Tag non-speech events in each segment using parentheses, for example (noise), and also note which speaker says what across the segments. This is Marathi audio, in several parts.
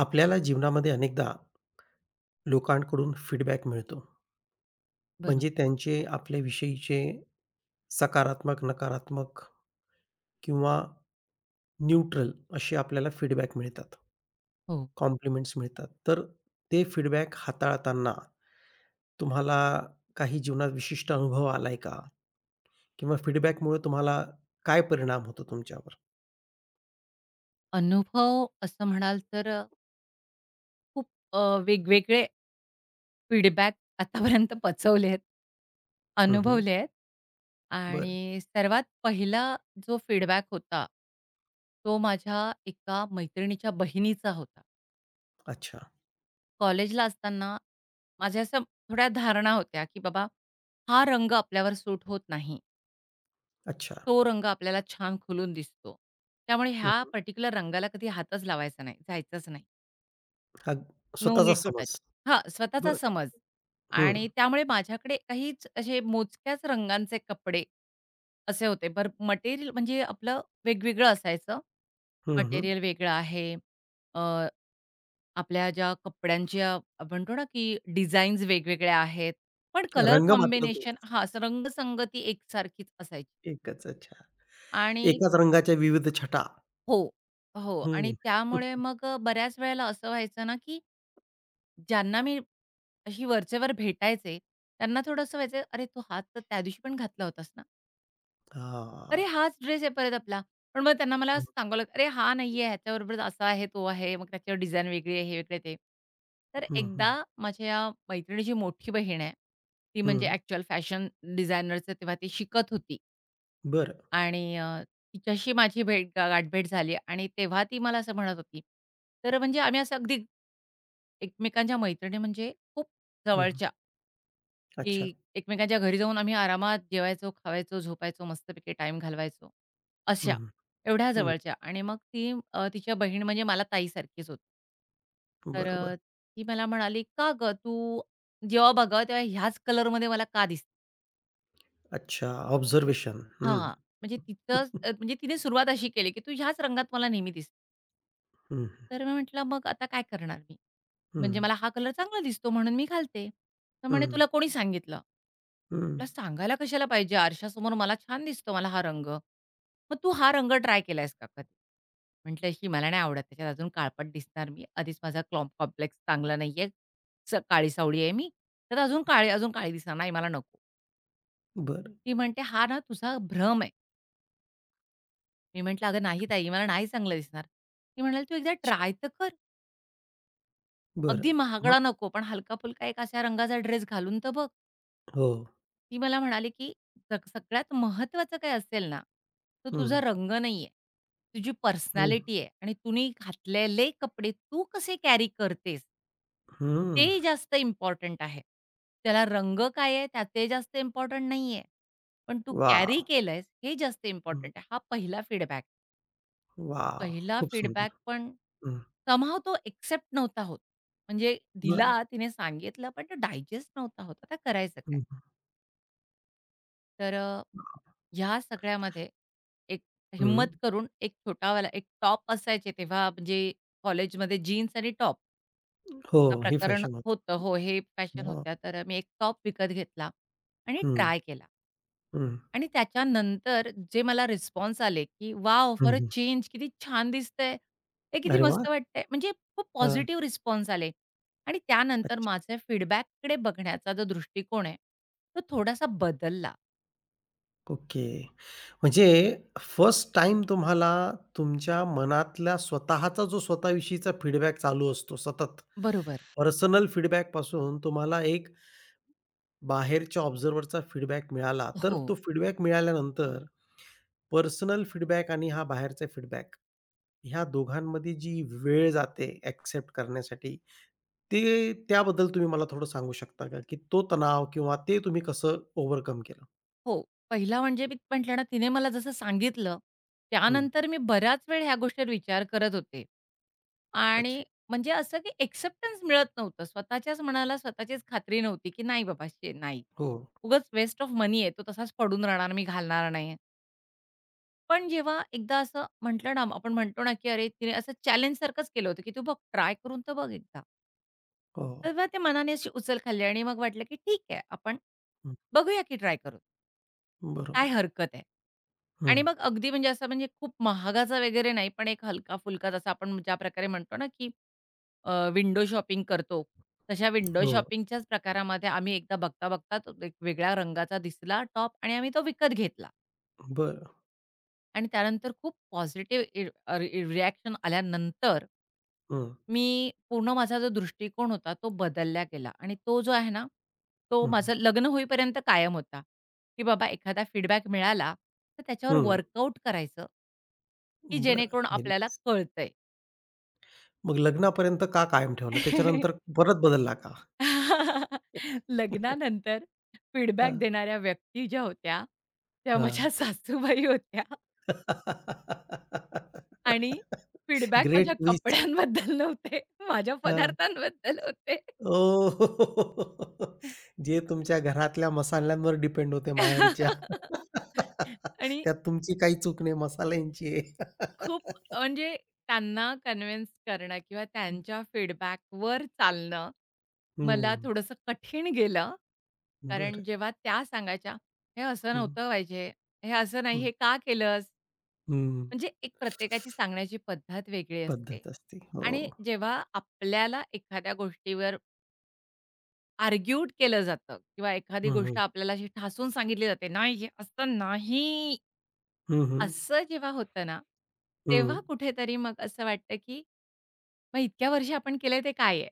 Speaker 1: आपल्याला जीवनामध्ये अनेकदा लोकांकडून फीडबॅक मिळतो. म्हणजे
Speaker 2: बरोबर.
Speaker 1: त्यांचे आपल्याविषयीचे सकारात्मक, नकारात्मक किंवा न्यूट्रल असे आपल्याला फीडबॅक मिळतात.
Speaker 2: हो.
Speaker 1: कॉम्प्लिमेंट्स मिळतात. तर ते फीडबॅक हाताळताना तुम्हाला काही जीवनात विशिष्ट अनुभव आलाय का? किंवा फीडबॅकमुळे तुम्हाला काय परिणाम होतो तुमच्यावर?
Speaker 2: अनुभव असं म्हणाल तर खूप अ, वेगवेगळे फीडबॅक आतापर्यंत पचवले आहेत.
Speaker 1: हं, हं.
Speaker 2: अनुभवले आहेत आणि
Speaker 1: बरं.
Speaker 2: सर्वात पहिला जो फीडबॅक होता, तो माझ्या एका मैत्रिणीच्या बहिणीचा होता.
Speaker 1: अच्छा,
Speaker 2: कॉलेजला असताना माझ्या अशा थोड्या धारणा होत्या, की बाबा हा रंग आपल्यावर सूट होत नाही.
Speaker 1: अच्छा.
Speaker 2: तो रंग आपल्याला छान खुलून दिसतो. त्यामुळे
Speaker 1: हं,
Speaker 2: ह्या
Speaker 1: हं.
Speaker 2: पर्टिक्युलर रंगाला कधी हातच लावायचा नाही, जायचंच नाही.
Speaker 1: हा
Speaker 2: नो
Speaker 1: स्वतःचा
Speaker 2: नीड टू टच.
Speaker 1: समज.
Speaker 2: हां, स्वतःचा
Speaker 1: बरं.
Speaker 2: समज आणि
Speaker 1: हं.
Speaker 2: त्यामुळे माझ्याकडे काहीच असे मोजक्याच रंगांचे कपडे असे होते. बरं मटेरियल म्हणजे आपलं वेगवेगळं असायचं.
Speaker 1: हं, हं.
Speaker 2: मटेरियल वेगळं आहे. अ, आपल्या ज्या कपड्यांच्या आपण म्हणतो ना, की डिझाईन्स वेगवेगळ्या आहेत. पण कलर
Speaker 1: रंग मात्र तो
Speaker 2: कॉम्बिनेशन हां, रंगसंगती एकसारखीच असायची
Speaker 1: एकच, अच्छा.
Speaker 2: आणि
Speaker 1: एकाच रंगाच्या विविध छटा.
Speaker 2: हो, हो आणि
Speaker 1: हम्म. हं.
Speaker 2: त्यामुळे
Speaker 1: (laughs)
Speaker 2: मग बऱ्याच वेळेला असं व्हायचं ना, की ज्यांना मी अशी वरचेवर भेटायचे. त्यांना थोडंसं व्हायचं, "अरे, तू हाच तर त्या दिवशी पण घातला होतास ना?
Speaker 1: हां.
Speaker 2: अरे, हाच ड्रेस आहे परत आपला." पण मग त्यांना मला
Speaker 1: हं,
Speaker 2: असं सांगावं लागतं, "अरे, हा नाहीये, ह्याच्याबरोबर असा आहे, तो आहे, मग त्याच्यावर डिझाइन वेगळी आहे, हे वेगळं ते." तर
Speaker 1: हं, हं,
Speaker 2: एकदा माझ्या या मैत्रिणीची मोठी बहीण आहे. ती म्हणजे
Speaker 1: हं.
Speaker 2: ॲक्चुअल फॅशन डिझायनरचं तेव्हा ती शिकत होती
Speaker 1: बरं.
Speaker 2: आणि तिच्याशी माझी भेट गाठभेट झाली आणि तेव्हा ती मला असं म्हणत होती. तर म्हणजे आम्ही असं अगदी एकमेकांच्या मैत्रिणी म्हणजे खूप
Speaker 1: हं, हं.
Speaker 2: जवळच्या. की
Speaker 1: अच्छा.
Speaker 2: एकमेकांच्या घरी जाऊन आम्ही आरामात जेवायचो, खावायचो, झोपायचो, मस्तपैकी टाइम घालवायचो. अशा,
Speaker 1: हं, हं,
Speaker 2: एवढ्या
Speaker 1: हं.
Speaker 2: जवळच्या आणि मग ती तिच्या बहीण म्हणजे मला ताईसारखीच होती. तर
Speaker 1: बरोबर.
Speaker 2: ती मला म्हणाली, "का गं तू जेव्हा बघावं तेव्हा ह्याच कलरमध्ये मला का दिसते?"
Speaker 1: अच्छा, ऑब्झर्वेशन.
Speaker 2: हां,
Speaker 1: हं.
Speaker 2: म्हणजे तिचं
Speaker 1: (laughs)
Speaker 2: म्हणजे तिने सुरुवात अशी केली, की "तू ह्याच रंगात मला नेहमी दिसते."
Speaker 1: हं,
Speaker 2: तर मी म्हटलं, "मग आता काय करणार मी?
Speaker 1: हं,
Speaker 2: म्हणजे मला हा कलर चांगला दिसतो म्हणून मी घालते." तर म्हणे,
Speaker 1: हं,
Speaker 2: "तुला कोणी सांगितलं?"
Speaker 1: हं.
Speaker 2: तुला सांगायला कशाला पाहिजे? आरशासमोर मला छान दिसतो मला हा रंग. मग तू हा रंग ट्राय केलायस का कधी? म्हटलं, "ही मला नाही आवडत. त्याच्यात अजून काळपट दिसणार मी. आधीच माझा कॉम्प्लेक्स चांगला नाहीये. काळी-सावळी आहे मी. तर अजून काळी अजून काळी दिसणार. नाही मला नको."
Speaker 1: बरं.
Speaker 2: ती म्हणते, "हा ना तुझा भ्रम आहे." मी म्हटलं, "अगं नाही ताई, मला नाही चांगलं दिसणार." ती म्हणाली, "तू एकदा
Speaker 1: अच्छा.
Speaker 2: ट्राय तर कर. अगदी
Speaker 1: बरं. मग?
Speaker 2: महागडा नको, पण हलका-फुलका एक अशा रंगाचा ड्रेस घालून तर बघ."
Speaker 1: हो.
Speaker 2: ती मला म्हणाली, की "सगळ्यात महत्त्वाचं काय असेल ना, तर
Speaker 1: हं,
Speaker 2: तुझा रंग नाही आहे. तुझी
Speaker 1: हं,
Speaker 2: पर्सनॅलिटी आहे आणि तुम्ही घातलेले कपडे तू कसे कॅरी करतेस, ते
Speaker 1: हं.
Speaker 2: जास्त इम्पॉर्टंट आहे. त्याला रंग काय आहे, त्या ते जास्त इम्पॉर्टंट नाही पण तू कॅरी
Speaker 1: वॉव!
Speaker 2: केलंयस हे जास्त
Speaker 1: हं.
Speaker 2: इम्पॉर्टंट आहे." हा पहिला फीडबॅक.
Speaker 1: वॉव!
Speaker 2: पहिला
Speaker 1: खूप
Speaker 2: फीडबॅक
Speaker 1: सुंदर.
Speaker 2: पण
Speaker 1: हं.
Speaker 2: समहाऊ तो एक्सेप्ट नव्हता होत. म्हणजे
Speaker 1: बरं.
Speaker 2: दिला, तिने सांगितलं, पण तो डायजेस्ट नव्हता होत. आता करायचं काय?
Speaker 1: हं,
Speaker 2: तर ह्या सगळ्यामध्ये एक
Speaker 1: हं.
Speaker 2: हिम्मत करून एक छोटावाला एक टॉप असायचे तेव्हा म्हणजे कॉलेजमध्ये जीन्स आणि टॉप
Speaker 1: हो,
Speaker 2: हा
Speaker 1: ही
Speaker 2: प्रकरण
Speaker 1: फॅशन होती.
Speaker 2: होतं. हो, हे फॅशन
Speaker 1: वॉव!
Speaker 2: होत्या. तर मी एक टॉप विकत घेतला आणि
Speaker 1: हं,
Speaker 2: ट्राय केला
Speaker 1: हं,
Speaker 2: आणि त्याच्यानंतर जे मला रिस्पॉन्स आले, की वाव
Speaker 1: हं,
Speaker 2: फॉर अ
Speaker 1: हं.
Speaker 2: चेंज किती छान दिसतंय. हे किती
Speaker 1: अरे वाह!
Speaker 2: मस्त वाटतंय." म्हणजे खूप
Speaker 1: हां.
Speaker 2: पॉझिटिव्ह रिस्पॉन्स आले आणि त्यानंतर
Speaker 1: अच्छा.
Speaker 2: माझ्या फीडबॅककडे बघण्याचा जो दृष्टिकोन आहे, तो थोडासा बदलला.
Speaker 1: ओके. म्हणजे फर्स्ट टाईम तुम्हाला तुमच्या मनातला स्वतःचा जो स्वतःविषयीचा फीडबॅक चालू असतो सतत,
Speaker 2: बरोबर.
Speaker 1: पर्सनल फीडबॅकपासून तुम्हाला एक बाहेरच्या ऑब्झर्व्हरचा फीडबॅक मिळाला. तर
Speaker 2: हो.
Speaker 1: तो फीडबॅक मिळाल्यानंतर पर्सनल फीडबॅक आणि हा बाहेरचा फीडबॅक ह्या दोघांमध्ये जी वेळ जाते एक्सेप्ट करण्यासाठी, ते त्याबद्दल तुम्ही मला थोडं सांगू शकता का? की तो तणाव किंवा ते तुम्ही कसं ओव्हरकम केलं?
Speaker 2: हो. पहिला म्हणजे मी म्हटलं ना, तिने मला जसं सांगितलं,
Speaker 1: हं.
Speaker 2: त्यानंतर मी बराच वेळ ह्या गोष्टीवर विचार करत होते. आणि
Speaker 1: अच्छा.
Speaker 2: म्हणजे असं की एक्सेप्टन्स मिळत नव्हतं. स्वतःच्याच मनाला स्वतःचीच खात्री नव्हती, की नाही बाबा नाही.
Speaker 1: हो,
Speaker 2: उगाच वेस्ट ऑफ मनी आहे. तो तसाच पडून राहणार, मी घालणार नाही. पण जेव्हा एकदा असं म्हटलं ना, आपण म्हणतो ना, की अरे तिने असं चॅलेंजसारखंच केलं होतं, की "तू बघ ट्राय करून तर बघ एकदा."
Speaker 1: हो.
Speaker 2: तेव्हा ते मनाने अशी उचल खाल्ली आणि मग वाटलं, की ठीक आहे, आपण बघूया की ट्राय करून. काय
Speaker 1: बरोबर.
Speaker 2: हरकत आहे? आणि
Speaker 1: हं.
Speaker 2: मग अगदी म्हणजे असं म्हणजे खूप महागाचा वगैरे नाही, पण एक हलका-फुलका जसा आपण ज्या प्रकारे म्हणतो ना, की विंडो शॉपिंग करतो, तशा विंडो
Speaker 1: हो.
Speaker 2: शॉपिंगच्याच प्रकारामध्ये आम्ही एकदा बघता-बघता तो एक वेगळ्या रंगाचा दिसला टॉप आणि आम्ही तो विकत घेतला.
Speaker 1: बरं.
Speaker 2: आणि त्यानंतर खूप पॉझिटिव्ह रिएक्शन आल्यानंतर,
Speaker 1: हं.
Speaker 2: मी पूर्ण माझा जो दृष्टिकोन होता तो बदलला गेला आणि तो जो आहे ना, तो
Speaker 1: हं, हं.
Speaker 2: माझं लग्न होईपर्यंत कायम होता, की बाबा एखादा फीडबॅक मिळाला, तर त्याच्यावर
Speaker 1: हं.
Speaker 2: वर्कआउट करायचं की
Speaker 1: बरं.
Speaker 2: जेणेकरून
Speaker 1: व्हेरी
Speaker 2: आपल्याला
Speaker 1: नाईस.
Speaker 2: कळतंय.
Speaker 1: मग लग्नापर्यंत का कायम ठेवला? त्याच्यानंतर
Speaker 2: (laughs)
Speaker 1: परत बदलला का?
Speaker 2: लग्नानंतर फीडबॅक
Speaker 1: हां,
Speaker 2: देणाऱ्या व्यक्ती ज्या होत्या, त्या
Speaker 1: हां.
Speaker 2: माझ्या सासूबाई होत्या. आणि फीडबॅक
Speaker 1: ग्रेट
Speaker 2: माझ्या
Speaker 1: ट्विस्ट.
Speaker 2: कपड्यांबद्दल नव्हते, माझ्या
Speaker 1: हां.
Speaker 2: पदार्थांबद्दल होते.
Speaker 1: ओह! जे तुमच्या घरातल्या मसाल्यांवर डिपेंड होते माहेरच्या.
Speaker 2: (laughs) आणि
Speaker 1: त्यात तुमची काही चूक नाही, मसाल्यांची आहे.
Speaker 2: खूप म्हणजे त्यांना कन्व्हिन्स करणं किंवा त्यांच्या फीडबॅकवर चालणं मला
Speaker 1: हं.
Speaker 2: थोडंसं कठीण गेलं. कारण
Speaker 1: बरं.
Speaker 2: जेव्हा त्या सांगायच्या, "हे असं
Speaker 1: हं,
Speaker 2: नव्हतं पाहिजे, हे असं नाही,
Speaker 1: हं.
Speaker 2: हे का केलंस?"
Speaker 1: हं.
Speaker 2: म्हणजे एक प्रत्येकाची सांगण्याची पद्धत वेगळी असते
Speaker 1: पद्धत असते. हो.
Speaker 2: आणि जेव्हा आपल्याला एखाद्या गोष्टीवर आर्ग्यूट केलं जातं किंवा एखादी
Speaker 1: हं,
Speaker 2: गोष्ट
Speaker 1: हं.
Speaker 2: आपल्याला अशी ठासून सांगितली जाते, "नाही, हे असं नाही."
Speaker 1: हं, हं.
Speaker 2: असं जेव्हा होतं ना, तेव्हा
Speaker 1: हं.
Speaker 2: कुठेतरी मग असं वाटतं, की मग इतक्या वर्षी आपण केलंय ते काय आहे?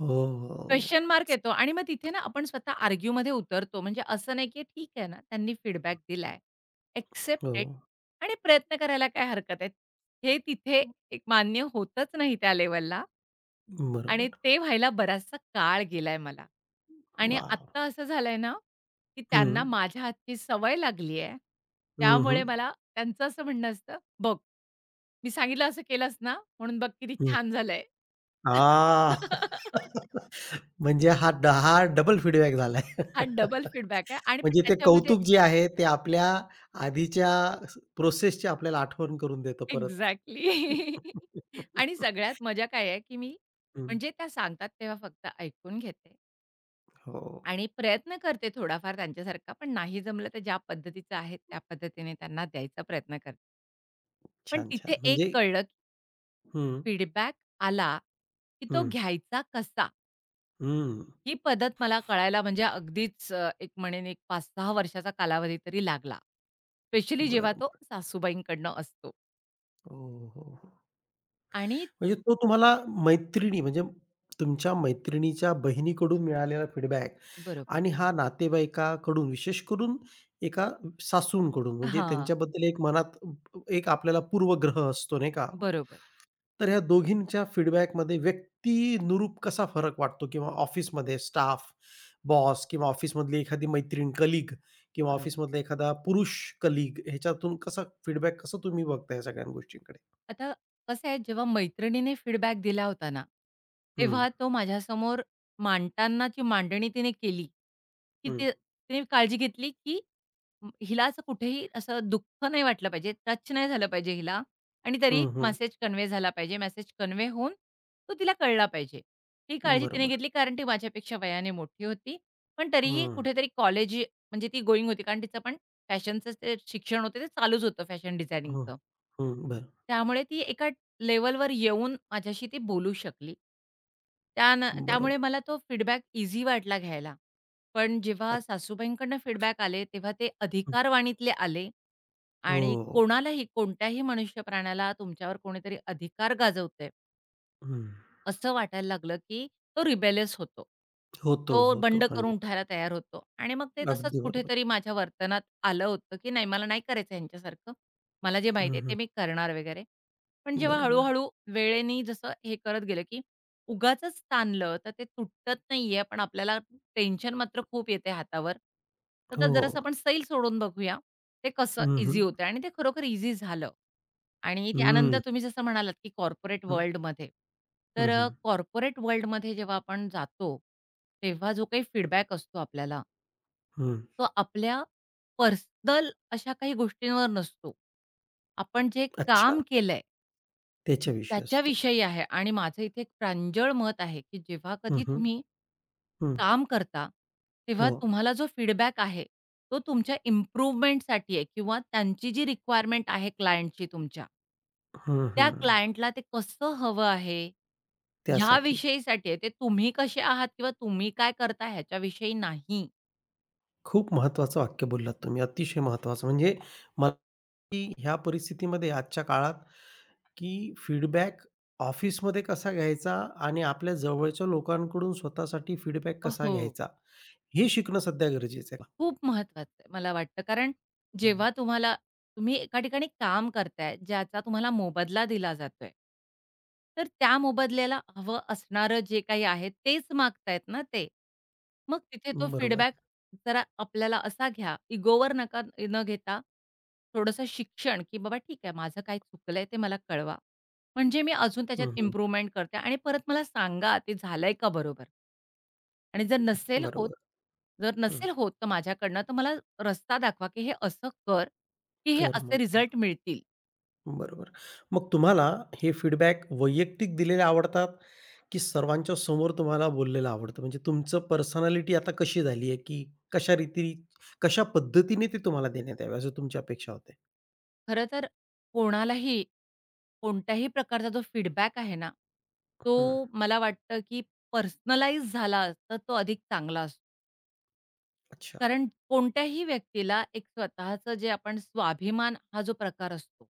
Speaker 1: हो, हो.
Speaker 2: क्वेशन मार्क येतो आणि मग तिथे ना आपण स्वतः आर्ग्यूमध्ये उतरतो. म्हणजे असं नाही, की ठीक आहे ना, त्यांनी फीडबॅक दिलाय. एक्सेप्ट
Speaker 1: हो.
Speaker 2: इट आणि प्रयत्न करायला काय हरकत आहे. हे तिथे एक मान्य होतच नाही त्या लेव्हलला. आणि
Speaker 1: बरोबर.
Speaker 2: ते व्हायला बराचसा काळ गेलाय मला. आणि
Speaker 1: वॉव!
Speaker 2: आत्ता असं झालंय ना, की त्यांना
Speaker 1: हं.
Speaker 2: माझ्या हातची सवय लागली आहे.
Speaker 1: हं, हं.
Speaker 2: त्यामुळे मला त्यांचं असं म्हणणं असतं, "बघ, मी सांगितलं असं केलंस ना, म्हणून बघ किती
Speaker 1: हं.
Speaker 2: छान झालंय."
Speaker 1: हां.
Speaker 2: (laughs)
Speaker 1: म्हणजे हा डबल फीडबॅक झालाय.
Speaker 2: हा डबल फीडबॅक आहे आणि पण
Speaker 1: म्हणजे ते
Speaker 2: त्याच्यामध्ये
Speaker 1: कौतुक जे आहे ते आपल्या आधीच्या प्रोसेसची आपल्याला आठवण करून देतं परत.
Speaker 2: एक्झॅक्टली. (laughs) आणि सगळ्यात मजा काय आहे, की मी
Speaker 1: हं.
Speaker 2: म्हणजे त्या सांगतात तेव्हा फक्त ऐकून घेते
Speaker 1: हो.
Speaker 2: आणि प्रयत्न करते थोडाफार त्यांच्यासारखा, पण नाही जमलं तर ज्या पद्धतीचं आहे त्या पद्धतीने त्यांना द्यायचा प्रयत्न करते. पण
Speaker 1: छान, छान.
Speaker 2: तिथे एक
Speaker 1: म्हणजे
Speaker 2: कळलं, की
Speaker 1: हं.
Speaker 2: फीडबॅक आला, की तो
Speaker 1: हं.
Speaker 2: घ्यायचा कसा?
Speaker 1: हं.
Speaker 2: ही पद्धत मला कळायला म्हणजे अगदीच एक म्हणेन एक 5-6 वर्षाचा कालावधी तरी लागला. स्पेशली
Speaker 1: बरं,
Speaker 2: जेव्हा तो
Speaker 1: बरं.
Speaker 2: सासूबाईंकडनं असतो
Speaker 1: हो, हो, हो.
Speaker 2: आणि
Speaker 1: म्हणजे तो तुम्हाला मैत्रिणी म्हणजे तुमच्या मैत्रिणीच्या बहिणीकडून मिळालेला फीडबॅक
Speaker 2: बरोबर.
Speaker 1: आणि हा नातेवाईकाकडून, विशेष करून एका सासूंकडून म्हणजे
Speaker 2: हां,
Speaker 1: त्यांच्याबद्दल एक मनात एक आपल्याला पूर्वग्रह असतो नाही का?
Speaker 2: बरोबर,
Speaker 1: तर ह्या दोघींच्या फीडबॅकमध्ये व्यक्तीनुरूप कसा फरक वाटतो किंवा ऑफिसमध्ये स्टाफ, बॉस किंवा ऑफिसमधली एखादी मैत्रीण, कलीग किंवा
Speaker 2: बरोबर.
Speaker 1: ऑफिसमधला एखादा पुरुष कलीग ह्याच्यातून कसा फीडबॅक कसं तुम्ही बघताय या सगळ्या गोष्टींकडे?
Speaker 2: आता कसं आहे जेव्हा मैत्रिणीने फीडबॅक दिला होता ना,
Speaker 1: हं,
Speaker 2: तेव्हा तो माझ्यासमोर मांडतानाची मांडणी तिने केली, की
Speaker 1: हं.
Speaker 2: ते तिने काळजी घेतली, की हिला असं कुठेही असं दुःख नाही वाटलं पाहिजे, टच नाही झालं पाहिजे हिला आणि तरी
Speaker 1: हं, हं.
Speaker 2: मेसेज कन्वे झाला पाहिजे. मेसेज कन्वे होऊन तो तिला कळला पाहिजे. ही काळजी तिने
Speaker 1: बरोबर.
Speaker 2: घेतली कारण ती माझ्यापेक्षा वयाने मोठी होती. पण तरीही
Speaker 1: हं,
Speaker 2: कुठेतरी कॉलेज म्हणजे ती गोइंग होती कारण तिचं पण फॅशनचं ते शिक्षण होते ते चालूच होतं फॅशन
Speaker 1: हं,
Speaker 2: डिझायनिंगचं.
Speaker 1: हं. बरं,
Speaker 2: त्यामुळे ती एका लेव्हलवर येऊन माझ्याशी ती बोलू शकली. त्यामुळे
Speaker 1: बरोबर.
Speaker 2: मला तो फीडबॅक ईझी वाटला घ्यायला. पण जेव्हा
Speaker 1: अच्छा.
Speaker 2: सासूबाईंकडनं फीडबॅक आले, तेव्हा ते
Speaker 1: हं.
Speaker 2: अधिकारवाणीतले आले आणि
Speaker 1: हो.
Speaker 2: कोणालाही, कोणत्याही मनुष्य प्राण्याला तुमच्यावर कोणीतरी अधिकार गाजवतंय
Speaker 1: हं.
Speaker 2: असं वाटायला लागलं, की तो रिबेलियस होतो.
Speaker 1: होतो,
Speaker 2: तो
Speaker 1: होतो.
Speaker 2: बंड करून
Speaker 1: 100%.
Speaker 2: उठायला तयार होतो आणि मग ते तसंच
Speaker 1: अगदी बरोबर.
Speaker 2: कुठेतरी माझ्या वर्तनात आलं होतं, की नाही मला नाही करायचं ह्यांच्यासारखं. मला जे माहिती
Speaker 1: हं,
Speaker 2: आहे ते
Speaker 1: हं.
Speaker 2: मी करणार वगैरे. पण जेव्हा
Speaker 1: बरोबर.
Speaker 2: हळू-हळू वेळेने जसं हे करत गेलं, की उगाचच ताणलं तर ते तुटत नाहीये, पण आपल्याला टेन्शन मात्र खूप येते हातावर. तर तर
Speaker 1: हो,
Speaker 2: जरासं
Speaker 1: हो.
Speaker 2: आपण सैल सोडून बघूया. ते कसं
Speaker 1: हं,
Speaker 2: ईझी
Speaker 1: हं.
Speaker 2: होतं आणि ते खरोखर ईझी झालं. आणि त्यानंतर
Speaker 1: हं,
Speaker 2: तुम्ही जसं म्हणालात, की कॉर्पोरेट वर्ल्डमध्ये.
Speaker 1: हं,
Speaker 2: तर
Speaker 1: हं, हं,
Speaker 2: कॉर्पोरेट वर्ल्डमध्ये जेव्हा आपण जातो, तेव्हा जो काही फीडबॅक असतो आपल्याला,
Speaker 1: हं.
Speaker 2: तो आपल्या पर्सनल अशा काही गोष्टींवर नसतो. आपण जे
Speaker 1: अच्छा,
Speaker 2: काम केलंय
Speaker 1: त्याच्याविषयी असतो.
Speaker 2: त्याच्याविषयी आहे आणि माझं इथे एक प्रांजळ मत आहे, की जेव्हा
Speaker 1: हं,
Speaker 2: कधी
Speaker 1: हं,
Speaker 2: तुम्ही
Speaker 1: हं.
Speaker 2: काम करता, तेव्हा
Speaker 1: हो.
Speaker 2: तुम्हाला जो फीडबॅक आहे, तो तुमच्या इम्प्रूव्हमेंटसाठी आहे किंवा त्यांची जी रिक्वायरमेंट आहे क्लायंटची तुमच्या,
Speaker 1: हं,
Speaker 2: त्या
Speaker 1: हं.
Speaker 2: क्लायंटला ते कसं हवं आहे, ह्या
Speaker 1: त्यासाठी.
Speaker 2: विषयीसाठी आहे. ते तुम्ही कसे आहात किंवा तुम्ही काय करता ह्याच्याविषयी नाही.
Speaker 1: खूप महत्त्वाचं वाक्य बोललात तुम्ही. अतिशय महत्त्वाचं. म्हणजे मला की ह्या परिस्थितीमध्ये आजच्या काळात की फीडबॅक ऑफिसमध्ये कसा घ्यायचा आणि आपल्या जवळच्या लोकांकडून स्वतःसाठी फीडबॅक कसा
Speaker 2: हो.
Speaker 1: घ्यायचा, हे शिकणं सध्या गरजेचं आहे.
Speaker 2: खूप महत्वाचं आहे मला वाटतं. कारण
Speaker 1: हं, हं.
Speaker 2: जेव्हा तुम्हाला तुम्ही एका ठिकाणी काम करताय, ज्याचा तुम्हाला मोबदला दिला जातोय. तर त्या मोबदल्याला हवं असणारं जे काही आहे तेच मागतायत ना ते. मग तिथे तो
Speaker 1: बरोबर.
Speaker 2: फीडबॅक जरा आपल्याला असा घ्या, इगोवर नका न घेता थोडंसं शिक्षण, की बाबा ठीक आहे माझं काय चुकलंय ते मला कळवा. म्हणजे मी अजून त्याच्यात
Speaker 1: हं, हं.
Speaker 2: इम्प्रूव्हमेंट करते आणि परत मला सांगा ते झालंय का बरोबर? आणि
Speaker 1: बरोबर.
Speaker 2: जर
Speaker 1: हं.
Speaker 2: नसेल होत तर माझ्याकडनं तर मला रस्ता दाखवा, की हे असं कर, की हे असे
Speaker 1: कर्म.
Speaker 2: रिझल्ट मिळतील.
Speaker 1: बरोबर. मग तुम्हाला हे फीडबॅक वैयक्तिक दिलेले आवडतात, की सर्वांच्या समोर तुम्हाला बोललेलं आवडतं? म्हणजे तुमचं पर्सनॅलिटी आता कशी झाली आहे, की कशा रीती कशा पद्धतीने ते तुम्हाला देण्यात यावे, असं तुमची अपेक्षा होते?
Speaker 2: खरं तर कोणालाही, कोणत्याही प्रकारचा जो फीडबॅक आहे ना, तो
Speaker 1: हं.
Speaker 2: मला वाटतं, की पर्सनलाईज झाला तर तो अधिक चांगला असतो.
Speaker 1: अच्छा.
Speaker 2: कारण कोणत्याही व्यक्तीला एक स्वतःचं जे आपण स्वाभिमान हा जो प्रकार असतो,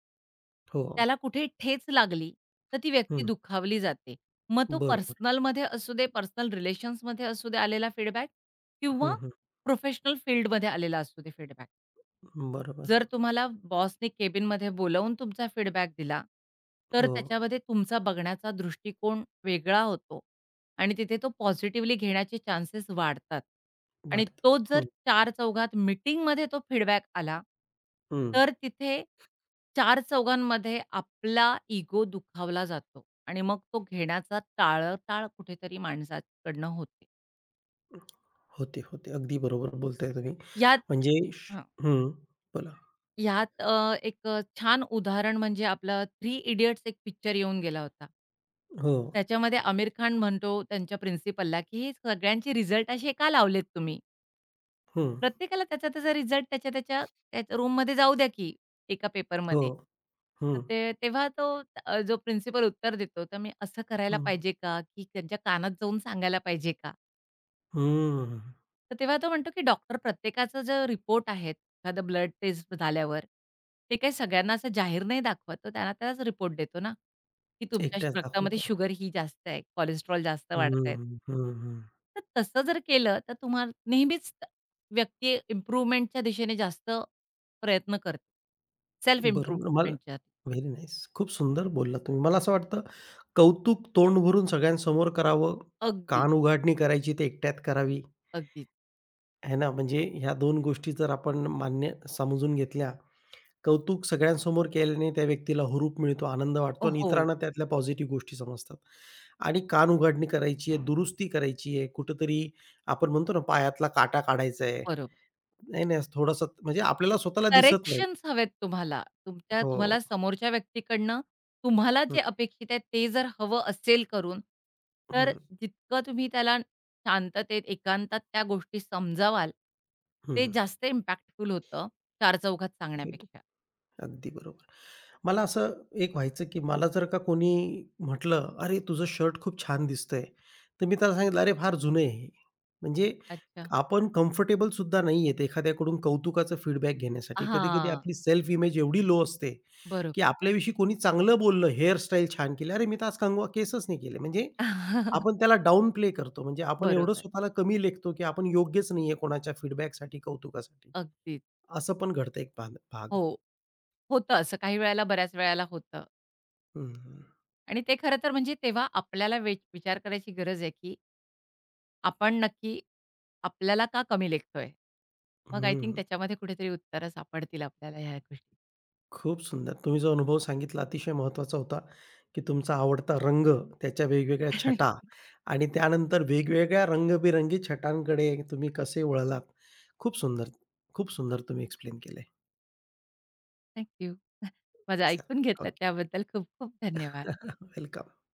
Speaker 1: हो.
Speaker 2: त्याला कुठे ठेच लागली, तर ती व्यक्ती
Speaker 1: हं.
Speaker 2: दुखावली जाते. मग तो
Speaker 1: बरोबर.
Speaker 2: पर्सनलमध्ये असू दे, पर्सनल रिलेशन्समध्ये असू दे आलेला फीडबॅक
Speaker 1: हं,
Speaker 2: किंवा
Speaker 1: हं.
Speaker 2: प्रोफेशनल फील्डमध्ये आलेला असू दे फीडबॅक.
Speaker 1: बरोबर.
Speaker 2: जर तुम्हाला बॉसने केबिनमध्ये बोलावून तुमचा फीडबॅक दिला, तर
Speaker 1: हो,
Speaker 2: त्याच्यामध्ये तुमचा बघण्याचा दृष्टिकोन वेगळा होतो आणि तिथे तो पॉझिटिव्हली घेण्याचे चान्सेस वाढतात आणि
Speaker 1: वाटतं.
Speaker 2: तो जर
Speaker 1: हं,
Speaker 2: चार-चौघात मीटिंगमध्ये तो फीडबॅक आला,
Speaker 1: हं.
Speaker 2: तर तिथे चार-चौघांमध्ये आपला इगो दुखावला जातो आणि मग तो घेण्याचा टाळाटाळ कुठेतरी माणसाकडनं होते.
Speaker 1: होते, होते. अगदी बरोबर बोलताय तुम्ही.
Speaker 2: यात
Speaker 1: म्हणजे हं, बोला.
Speaker 2: ह्यात एक छान उदाहरण म्हणजे आपलं थ्री इडियट्स एक पिक्चर येऊन गेला होता.
Speaker 1: हो,
Speaker 2: त्याच्यामध्ये आमिर खान म्हणतो त्यांच्या प्रिन्सिपलला, की हे "सगळ्यांचे रिझल्ट असे का लावलेत तुम्ही?
Speaker 1: हं,
Speaker 2: प्रत्येकाला त्याचा त्याचा रिझल्ट त्याच्या त्याच्या त्याच्या रूममध्ये जाऊ द्या की एका
Speaker 1: हो,
Speaker 2: पेपरमध्ये." तर
Speaker 1: हं,
Speaker 2: ते तेव्हा तो जो प्रिन्सिपल उत्तर देतो, तर मी असं करायला
Speaker 1: हं,
Speaker 2: पाहिजे का? की त्यांच्या कानात जाऊन सांगायला पाहिजे का?
Speaker 1: हं.
Speaker 2: तर तेव्हा तो म्हणतो, की डॉक्टर प्रत्येकाचा जो रिपोर्ट आहे, एखादं ब्लड टेस्ट झाल्यावर, ते काही सगळ्यांना असं जाहीर नाही दाखवत. तो त्यांना त्याच रिपोर्ट देतो ना, की तुमच्या
Speaker 1: एकटाच
Speaker 2: रक्तामध्ये
Speaker 1: दाखवतो.
Speaker 2: शुगर ही जास्त आहे, कोलेस्ट्रॉल जास्त
Speaker 1: हं,
Speaker 2: वाढतंय.
Speaker 1: हं, हं.
Speaker 2: तर तसं जर केलं, तर तुम्हाला नेहमीच व्यक्ती इम्प्रूव्हमेंटच्या दिशेने जास्त प्रयत्न करते. सेल्फ
Speaker 1: बरोबर. मला
Speaker 2: इम्प्रूव्हमेंटच्या.
Speaker 1: Very nice. खूप सुंदर बोललात तुम्ही. मला असं वाटतं कौतुक तोंड भरून सगळ्यांसमोर करावं,
Speaker 2: अगदी,
Speaker 1: कान उघाडणी करायची ते एकट्यात करावी,
Speaker 2: अगदी.
Speaker 1: आहे ना? म्हणजे ह्या 2 गोष्टी जर आपण मान्य समजून घेतल्या, कौतुक सगळ्यांसमोर केल्याने त्या व्यक्तीला हुरूप मिळतो, आनंद वाटतो आणि
Speaker 2: हो,
Speaker 1: इतरांना त्यातल्या पॉझिटिव्ह गोष्टी समजतात. आणि कान उघडणी करायची आहे, दुरुस्ती करायची आहे, कुठेतरी आपण म्हणतो ना पायातला काटा काढायचा आहे.
Speaker 2: बरोबर.
Speaker 1: नाही, नाही, थोडंसं म्हणजे आपल्याला स्वतःला दिसत नाही.
Speaker 2: करेक्शन्स हवेत तुम्हाला. तुमच्या
Speaker 1: हो.
Speaker 2: तुम्हाला समोरच्या व्यक्तीकडनं तुम्हाला
Speaker 1: हं,
Speaker 2: जे अपेक्षित आहे ते जर हवं असेल करून, तर
Speaker 1: हं,
Speaker 2: जितकं तुम्ही त्याला शांततेत, एकांतात त्या गोष्टी समजावाल,
Speaker 1: हं,
Speaker 2: ते
Speaker 1: हं.
Speaker 2: जास्त इम्पॅक्टफुल होतं, चारचौघात सांगण्यापेक्षा.
Speaker 1: अगदी बरोबर. मला असं एक व्हायचं, की मला जर का कोणी म्हटलं, "अरे, तुझं शर्ट खूप छान दिसतंय." तर मी त्याला सांगितलं, "अरे, फार जुनं आहे हे." म्हणजे
Speaker 2: अच्छा.
Speaker 1: आपण कम्फर्टेबल सुद्धा नाहीयेत एखाद्याकडून कौतुकाचं फीडबॅक घेण्यासाठी. कधी-कधी
Speaker 2: हां,
Speaker 1: आपली सेल्फ इमेज एवढी लो असते, की
Speaker 2: बरोबर.
Speaker 1: आपल्याविषयी कोणी चांगलं बोललं, हेअरस्टाईल छान केली, "अरे, मी तर आज कंगवा केसच नाही केले." म्हणजे
Speaker 2: (laughs)
Speaker 1: आपण त्याला डाउन प्ले करतो. म्हणजे आपण एवढं
Speaker 2: बरोबर.
Speaker 1: स्वतःला कमी लेखतो, की आपण योग्यच नाहीये कोणाच्या फीडबॅकसाठी, कौतुकासाठी.
Speaker 2: अगदीच.
Speaker 1: असं पण घडतं एक भाग भाग.
Speaker 2: हो, होतं असं काही वेळेला, बऱ्याच वेळेला होतं
Speaker 1: हं, हं.
Speaker 2: आणि ते खरं तर म्हणजे तेव्हा आपल्याला विचार करायची गरज आहे, की आपण नक्की आपल्याला का कमी लेखतोय? मग आय थिंक त्याच्यामध्ये कुठेतरी उत्तरं सापडतील आपल्याला ह्या गोष्टी.
Speaker 1: खूप सुंदर. तुम्ही जो अनुभव सांगितला अतिशय महत्त्वाचा होता, की तुमचा आवडता रंग, त्याच्या वेगवेगळ्या
Speaker 2: (laughs)
Speaker 1: छटा आणि त्यानंतर वेगवेगळ्या रंगबिरंगी छटांकडे तुम्ही कसे वळलात. खूप सुंदर, खूप सुंदर तुम्ही एक्सप्लेन केलंय.
Speaker 2: Thank you. माझं
Speaker 1: चला,
Speaker 2: ऐकून घेतलत
Speaker 1: ओके.
Speaker 2: त्याबद्दल खूप खूप धन्यवाद.
Speaker 1: (laughs) वेलकम.